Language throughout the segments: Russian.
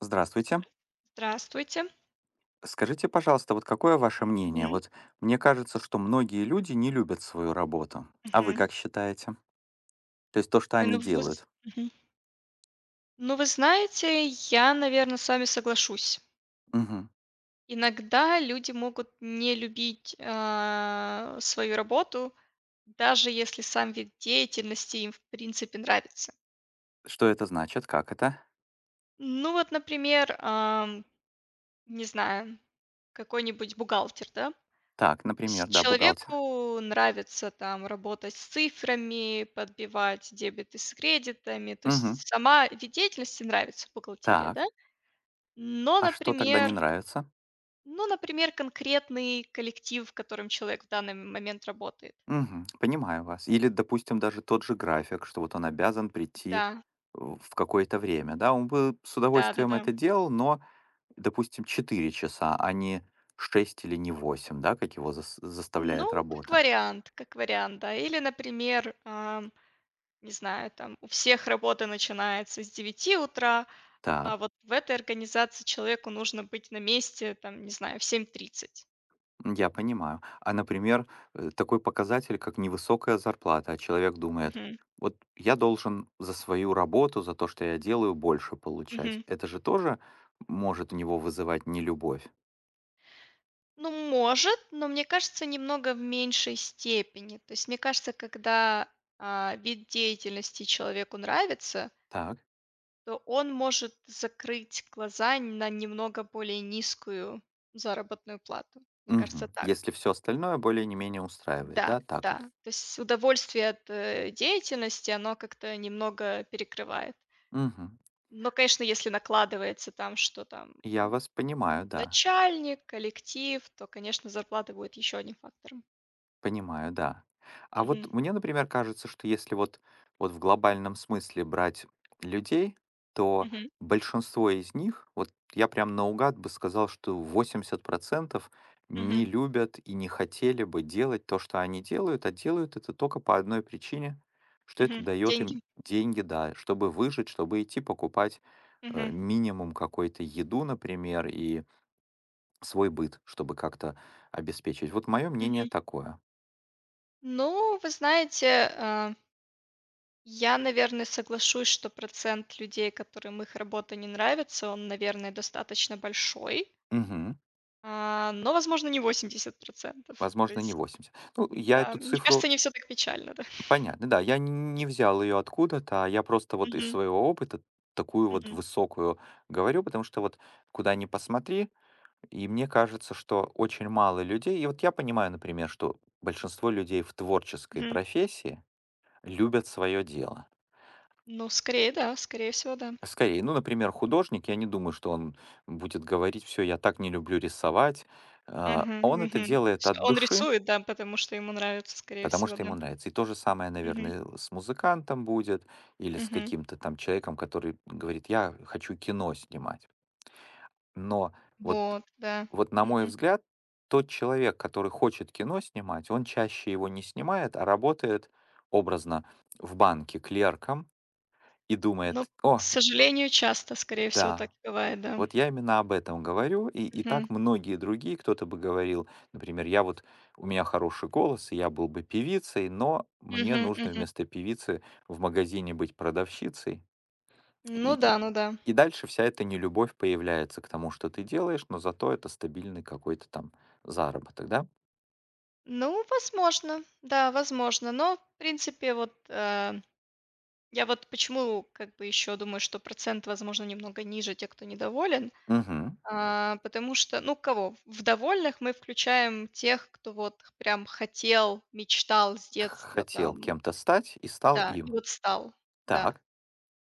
Здравствуйте. Здравствуйте. Скажите, пожалуйста, вот какое ваше мнение? Мгм, Вот мне кажется, что многие люди не любят свою работу. А вы мгм. как считаете? То есть то, что Ой, они ну вы з делают. мгм. Ну, вы знаете, я, наверное, с вами соглашусь. Мгм. Иногда люди могут не любить, свою работу, даже если сам вид деятельности им, в принципе, нравится. Что это значит? Как это? Ну вот, например, не знаю, какой-нибудь бухгалтер, да? То Так, например, есть да, бухгалтер. человеку нравится там работать с цифрами, подбивать дебеты с кредитами. То Мгм. есть сама вид деятельности нравится, бухгалтерия, да? Так. Но, А что тогда не например нравится? ну, например, конкретный коллектив, в котором человек в данный момент работает. Мгм. Понимаю вас. Или, допустим, даже тот же график, что вот он обязан прийти Да, в какое-то время. Да, он бы с удовольствием да-да-да. это делал, но допустим, 4 часа, а не 6 или не 8, да, как его заставляет Ну, работа. Как вариант, да. Или, например, не знаю, там у всех работа начинается с девяти утра, а Так, вот в этой организации человеку нужно быть на месте, там, не знаю, в 7:30. я понимаю. А, например, такой показатель, как невысокая зарплата, а человек думает: Мгм, "Вот я должен за свою работу, за то, что я делаю, больше получать". мгм. Это же тоже может у него вызывать нелюбовь. Ну, может, но мне кажется, немного в меньшей степени. То есть мне кажется, когда вид деятельности человеку нравится, Так, то он может закрыть глаза на немного более низкую заработную плату. Мне кажется, мгм. так. Если все остальное более не менее устраивает, Да, да, так да. вот. То есть удовольствие от деятельности, оно как-то немного перекрывает. Мгм. Но, конечно, если накладывается там, что там Я вас понимаю, да. начальник, коллектив, то, конечно, зарплата будет еще одним фактором. Понимаю, да. А вот Мгм. мне, например, кажется, что если вот, вот в глобальном смысле брать людей, то Мгм. большинство из них, вот я прям наугад бы сказал, что 80% не Мгм. любят и не хотели бы делать то, что они делают, а делают это только по одной причине, что это Мгм. дает им Деньги. деньги, да, чтобы выжить, чтобы идти покупать Мгм. минимум какой-то еду, например, и свой быт, чтобы как-то обеспечить. Вот мое мнение Мгм. такое. Ну, вы знаете, а я, наверное, соглашусь, что процент людей, которым их работа не нравится, он, наверное, достаточно большой, Мгм. Но, возможно, не 80. То Возможно, не есть, 80. Ну, я да, эту мне цифру кажется, не все так печально, да. понятно, да, я не взял ее откуда-то, а я просто вот из Мгм, своего опыта такую вот мгм, высокую говорю, потому что вот куда ни посмотри, и мне кажется, что очень мало людей, и вот я понимаю, например, что большинство людей в творческой мгм. профессии любят свое дело. Ну, скорее, да, скорее всего, да. Скорее, ну, например, художник, я не думаю, что он будет говорить, все, я так не люблю рисовать. А, Мгм, он это мгм. делает Что от он души, рисует, да, потому что ему нравится, скорее потому всего, что да. ему нравится. И то же самое, Мгм, наверное, с музыкантом будет или с мгм. каким-то там человеком, который говорит, я хочу кино снимать. Но вот, Вот, да. вот на мой Мгм. взгляд, тот человек, который хочет кино снимать, он чаще его не снимает, а работает образно в банке клерком и Ну, думает, к о, сожалению, часто, скорее всего, так да, и бывает, да. вот я именно об этом говорю, и Мгм, так многие другие, кто-то бы говорил, например, я вот, у меня хороший голос, и я был бы певицей, но мне мгм, нужно мгм. вместо певицы в магазине быть продавщицей. Ну И, да, ну да. и дальше вся эта нелюбовь появляется к тому, что ты делаешь, но зато это стабильный какой-то там заработок, да? Ну, возможно, да, возможно. Но, в принципе, вот я вот почему как бы еще думаю, что процент, возможно, немного ниже тех, кто недоволен, Мгм. Потому что, ну, кого? В довольных мы включаем тех, кто вот прям хотел, мечтал с детства Хотел там, кем-то стать и стал да, и им. вот стал, да. Так,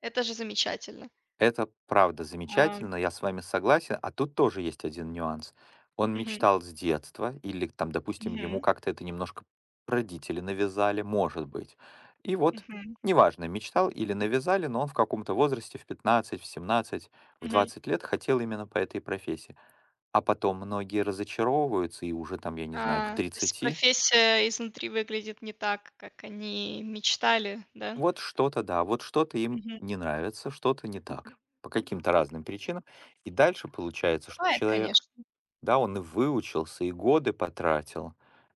Это же замечательно. это правда А, замечательно, я с вами согласен. А тут тоже есть один нюанс. Он мгм, мечтал с детства, или там, допустим, ему мгм, как-то это немножко родители навязали, может быть. И вот, мгм, неважно, мечтал или навязали, но он в каком-то возрасте, в 15, в 17, в мгм. 20 лет хотел именно по этой профессии. А потом многие разочаровываются, и уже там, я не знаю, к А, то есть 30 профессия изнутри выглядит не так, как они мечтали, да? вот что-то, да, вот что-то им Мгм. не нравится, что-то не так по каким-то разным причинам. И дальше получается, что Бывает, человек конечно. да, он и выучился, и годы потратил.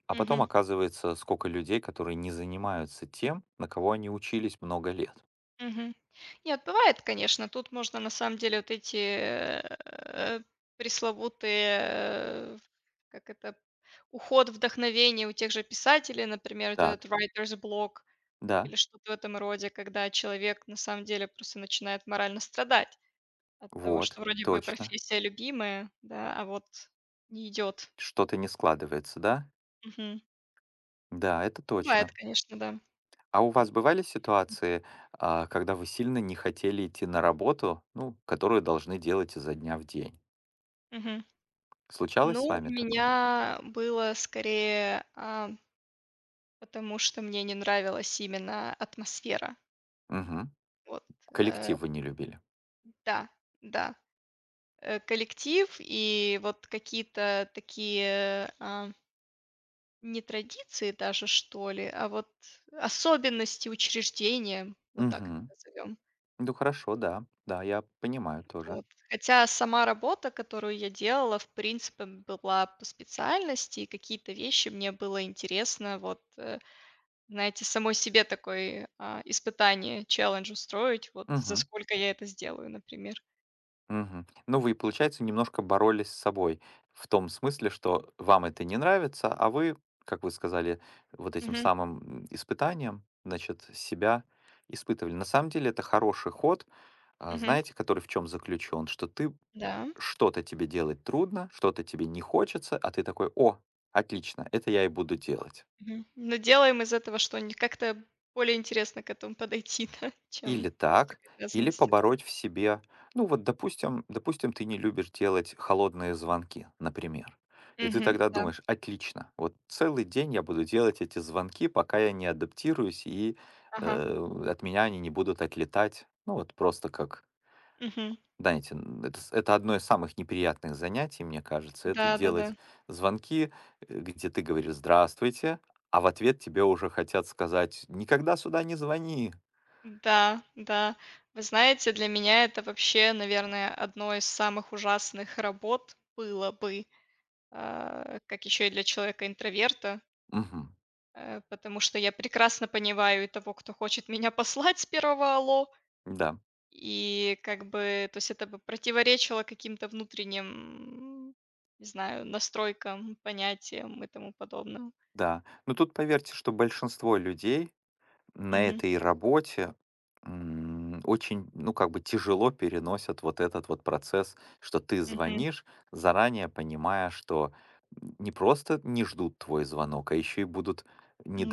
А потом Мгм. оказывается, сколько людей, которые не занимаются тем, на кого они учились много лет. Мгм. Нет, бывает, конечно. Тут можно на самом деле вот эти, пресловутые, э, как это, уход вдохновения у тех же писателей, например, вот Так, этот writer's block да, или что-то в этом роде, когда человек на самом деле просто начинает морально страдать от того, вот, что вроде бы точно. профессия любимая, да, а вот не идет. Что-то не складывается, да? Мгм. Да, это Бывает, точно. конечно, да. А у вас М. бывали ситуации, когда вы сильно не хотели идти на работу, ну, которую должны делать изо дня в день? Мгм. Случалось с Ну, вами у такое? меня было скорее, потому что мне не нравилась именно атмосфера. Угу. Вот, э, Коллектив вы не любили. да, да, коллектив и вот какие-то такие, не традиции даже, что ли, а вот особенности учреждения, вот так это Угу. назовем. Ну хорошо, да. Да, я понимаю тоже. Вот. Хотя сама работа, которую я делала, в принципе, была по специальности, и какие-то вещи мне было интересно вот знаете, самой себе такой, испытание, челлендж устроить, вот за Угу. сколько я это сделаю, например. Мгм. Ну, вы, получается, немножко боролись с собой. В том смысле, что вам это не нравится, а вы, как вы сказали, вот этим Мгм, самым испытанием, значит, себя испытывали. На самом деле это хороший ход, а, мгм, знаете, который в чем заключен, что ты да, что-то тебе делать трудно, что-то тебе не хочется, а ты такой, о, отлично, это я и буду делать. мгм. Но делаем из этого что-нибудь, как-то более интересно к этому подойти, да, Или чем просто к так, или обязанности, да. побороть в себе. Ну вот, допустим, ты не любишь делать холодные звонки, например. И ты Мгм, тогда да, думаешь, отлично, вот целый день я буду делать эти звонки, пока я не адаптируюсь, и ага, от меня они не будут отлетать. Ну вот просто как, мгм. знаете, это одно из самых неприятных занятий, мне кажется, это Да-да-да. Да, делать да. звонки, где ты говоришь «здравствуйте», а в ответ тебе уже хотят сказать «никогда сюда не звони». Да, да. Вы знаете, для меня это вообще, наверное, одно из самых ужасных работ было бы, как еще и для человека-интроверта. Мгм. Потому что я прекрасно понимаю и того, кто хочет меня послать с первого "алло", Да. и как бы, то есть это бы противоречило каким-то внутренним, не знаю, настройкам, понятиям и тому подобному. Да, но тут поверьте, что большинство людей на Мгм, этой работе, очень, ну, как бы тяжело переносят вот этот вот процесс, что ты мгм. звонишь, заранее понимая, что не просто не ждут твой звонок, а еще и будут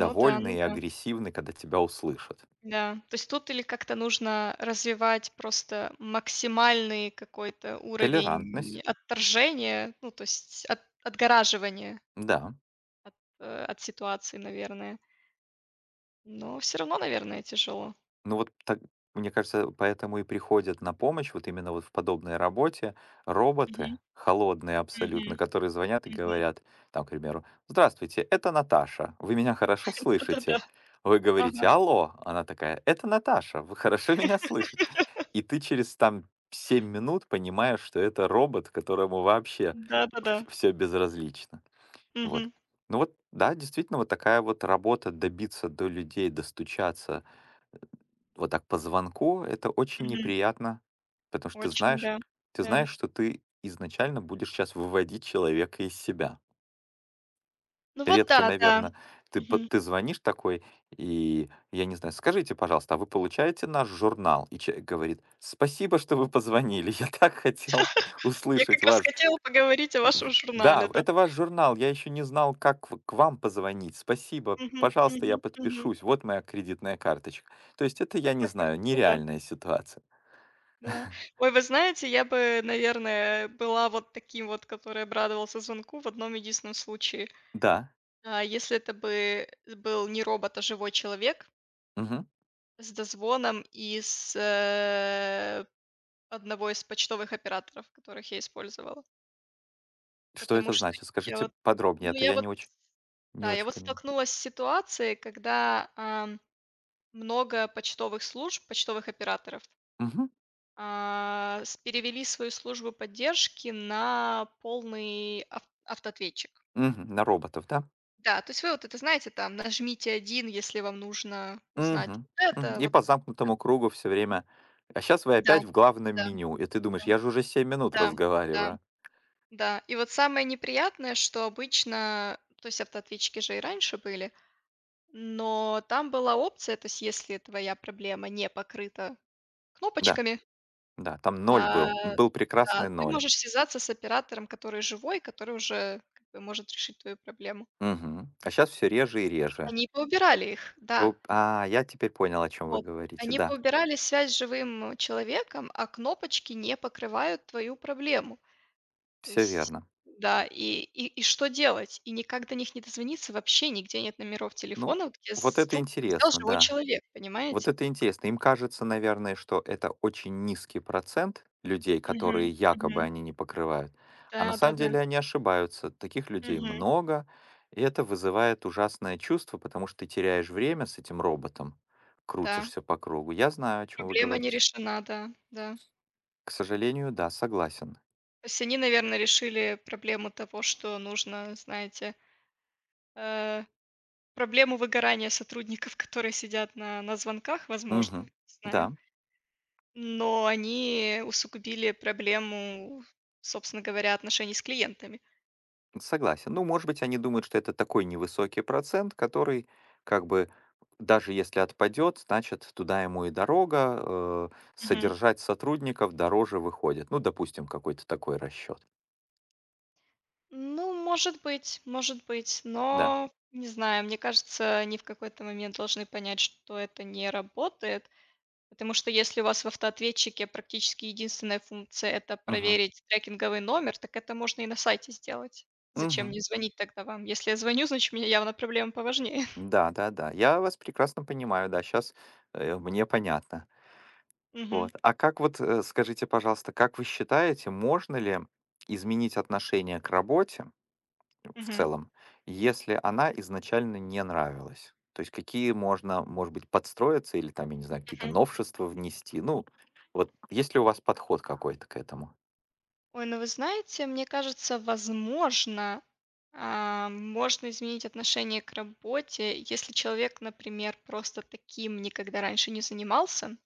Ну да, ну и да. агрессивны, когда тебя услышат. Да, то есть тут или как-то нужно развивать просто максимальный какой-то Толерантность, уровень отторжения, ну, то есть от отгораживания да. от, от ситуации, наверное. Но все равно, наверное, тяжело. Ну вот так, мне кажется, поэтому и приходят на помощь вот именно вот в подобной работе роботы, холодные Мгм, абсолютно, которые звонят и мгм. говорят, там, к примеру, «Здравствуйте, это Наташа, вы меня хорошо слышите?» Да-да-да. Вы говорите Ага. «Алло», она такая «Это Наташа, вы хорошо меня слышите?» И ты через там 7 минут понимаешь, что это робот, которому вообще Да-да-да. все безразлично. Вот. Мгм, Ну вот, да, действительно, вот такая вот работа добиться до людей, достучаться, вот так по звонку это очень мгм. неприятно, потому что Очень, да, ты да. знаешь, что ты изначально будешь сейчас выводить человека из себя. Ну вот Редко, да, да. наверное, ты, Мгм. ты звонишь такой, и я не знаю, скажите, пожалуйста, а вы получаете наш журнал? И человек говорит, спасибо, что вы позвонили, я так хотел Я услышать как раз ваш хотела поговорить о в вашем да, журнале, да. это ваш журнал. Я еще не знал, как в к вам позвонить. Спасибо. Мгм, Пожалуйста, я мгм, мгм. подпишусь. Вот моя кредитная карточка. То есть это, я не знаю, Ну да, нереальная ситуация. да. Ой, вы знаете, я бы, наверное, была вот таким вот, который обрадовался звонку в одном единственном случае. Да. А, если это бы был не робот, а живой человек Мгм. с дозвоном из, одного из почтовых операторов, которых я использовала. Что Потому это что значит? я Скажите вот, подробнее, а ну, то я я не вот, очень не да, я очень вот понимаю. столкнулась с ситуацией, когда, много почтовых служб, почтовых операторов, Мгм. а, с перевели свою службу поддержки на полный ав автоответчик. Мгм. На роботов, да? Да, то есть вы вот это знаете, там, нажмите один, если вам нужно узнать Мгм. вот Мгм. это, И вот по замкнутому это. кругу все время. А сейчас вы Да, опять в главном да, меню, и ты думаешь: да, "Я же уже 7 минут да, да, разговариваю". да. И вот самое неприятное, что обычно, то есть автоответчики же и раньше были, но там была опция, то есть если твоя проблема не покрыта Да, кнопочками, да, там ноль а, был. Был да, прекрасный ты ноль. можешь связаться с оператором, который живой, который уже как бы может решить твою проблему. Мгм. А сейчас все реже и реже. Они поубирали их, да. Оп, а, я теперь понял, о чем вы Вот. говорите. Они Да, поубирали связь с живым человеком, а кнопочки не покрывают твою проблему. То все есть, верно. да, и что делать? И никак до них не дозвониться, вообще нигде нет номеров Ну, телефонов, где вот с это трубку взял интересно, живой да. человек, Вот понимаете? это интересно. Им кажется, наверное, что это очень низкий процент людей, Мгм, которые якобы мгм. они не покрывают, а на самом Да-да-да. деле они ошибаются. Таких людей Мгм. много, и это вызывает ужасное чувство, потому что ты теряешь время с этим роботом, Да, крутишься по кругу. Я знаю, о чем вы проблема не говорите. решена, да, да. К сожалению, да, согласен. То есть они, наверное, решили проблему того, что нужно, знаете, э, проблему выгорания сотрудников, которые сидят на звонках, возможно, Угу, не знаю. да. Но они усугубили проблему, собственно говоря, отношений с клиентами. Согласен. Ну, может быть, они думают, что это такой невысокий процент, который как бы даже если отпадет, значит, туда ему и дорога, Мгм. содержать сотрудников дороже выходит. Ну, допустим, какой-то такой расчет. Ну, может быть, Да. но не знаю, мне кажется, они в какой-то момент должны понять, что это не работает. Потому что если у вас в автоответчике практически единственная функция — это Мгм. проверить трекинговый номер, так это можно и на сайте сделать. Зачем Мгм. мне звонить тогда вам? Если я звоню, значит, у меня явно проблемы поважнее. Да, да, да. Я вас прекрасно понимаю, да, сейчас мне понятно. Вот. Мгм. А как вот, скажите, пожалуйста, как вы считаете, можно ли изменить отношение к работе, в Мгм. целом, если она изначально не нравилась. То есть какие можно, может быть, подстроиться или там, я не знаю, какие-то Мгм. новшества внести. Ну, вот если у вас подход какой-то к этому? Ой, ну вы знаете, мне кажется, возможно, можно изменить отношение к работе, если человек, например, просто таким никогда раньше не занимался,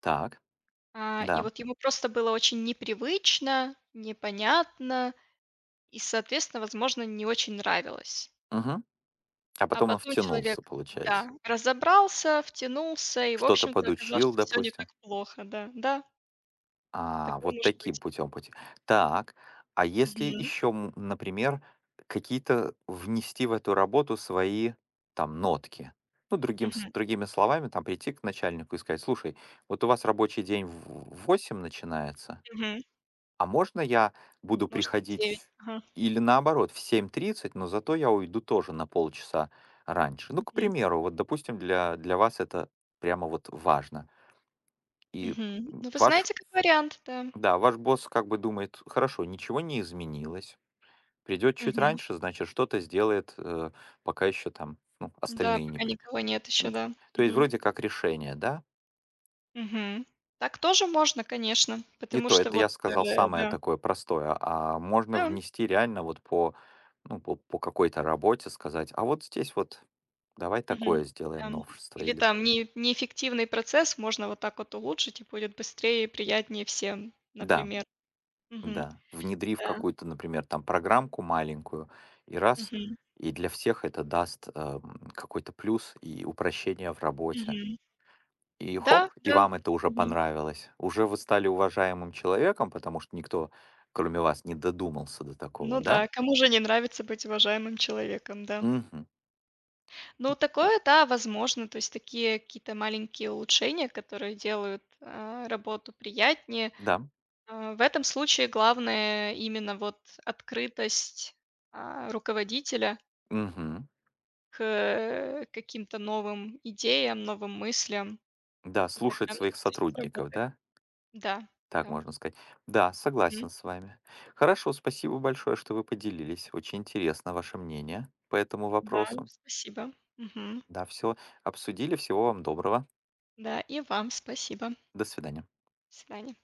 Так, и да. вот ему просто было очень непривычно, непонятно, и, соответственно, возможно, не очень нравилось. Мгм. А А потом он потом человек, втянулся, получается. да, разобрался, втянулся и, в Что-то общем-то, оказалось, подучил, что все не так допустим. плохо, да. Да, А, такое вот может таким быть. путем пути. Так, а если Мгм, еще, например, какие-то внести в эту работу свои там нотки? Ну, другим, мгм, другими словами, там прийти к начальнику и сказать, слушай, вот у вас рабочий день в 8 начинается, мгм. а можно я буду Может быть, приходить 9. Ага. или наоборот в 7:30, но зато я уйду тоже на полчаса раньше. Ну, к Мгм, примеру, вот, допустим, для вас это прямо вот важно. И мгм. Ну, вы ваш знаете, как вариант, да. да, ваш босс как бы думает, хорошо, ничего не изменилось, придет чуть Мгм. раньше, значит, что-то сделает, пока еще там, ну, Да, остальные не пока при- никого нет еще, м. да. То есть Мгм, вроде как решение, да? мгм. Так тоже можно, конечно, И потому то, что это вот, я сказал самое да. такое простое, а можно Да. внести реально вот по, ну, по какой-то работе сказать, а вот здесь вот давай такое Мгм. сделаем Там новшество, или или там не неэффективный процесс можно вот так вот улучшить, и будет быстрее и приятнее всем, да, например. Мгм. да, внедрив Да. какую-то, например, там программку маленькую, и раз, Мгм. и для всех это даст какой-то плюс и упрощение в работе. Мгм. И хоп, Да, и да. вам это уже Мгм. понравилось. Уже вы стали уважаемым человеком, потому что никто, кроме вас, не додумался до такого, Ну да? да, кому же не нравится быть уважаемым человеком, да. Мгм. Ну, такое, да, возможно. То есть такие какие-то маленькие улучшения, которые делают работу приятнее. Да. В этом случае главное именно вот открытость, а, руководителя Мгм. к каким-то новым идеям, новым мыслям. Да, И слушать тогда, мне своих кажется, всё сотрудников, сработает. да? Да, Так да. можно сказать. Да, Мгм. согласен с вами. Хорошо, спасибо большое, что вы поделились. Очень интересно ваше мнение по этому Да, вопросу. спасибо. Мгм. Да, все обсудили. Всего вам доброго. Да, и вам спасибо. До свидания. До свидания.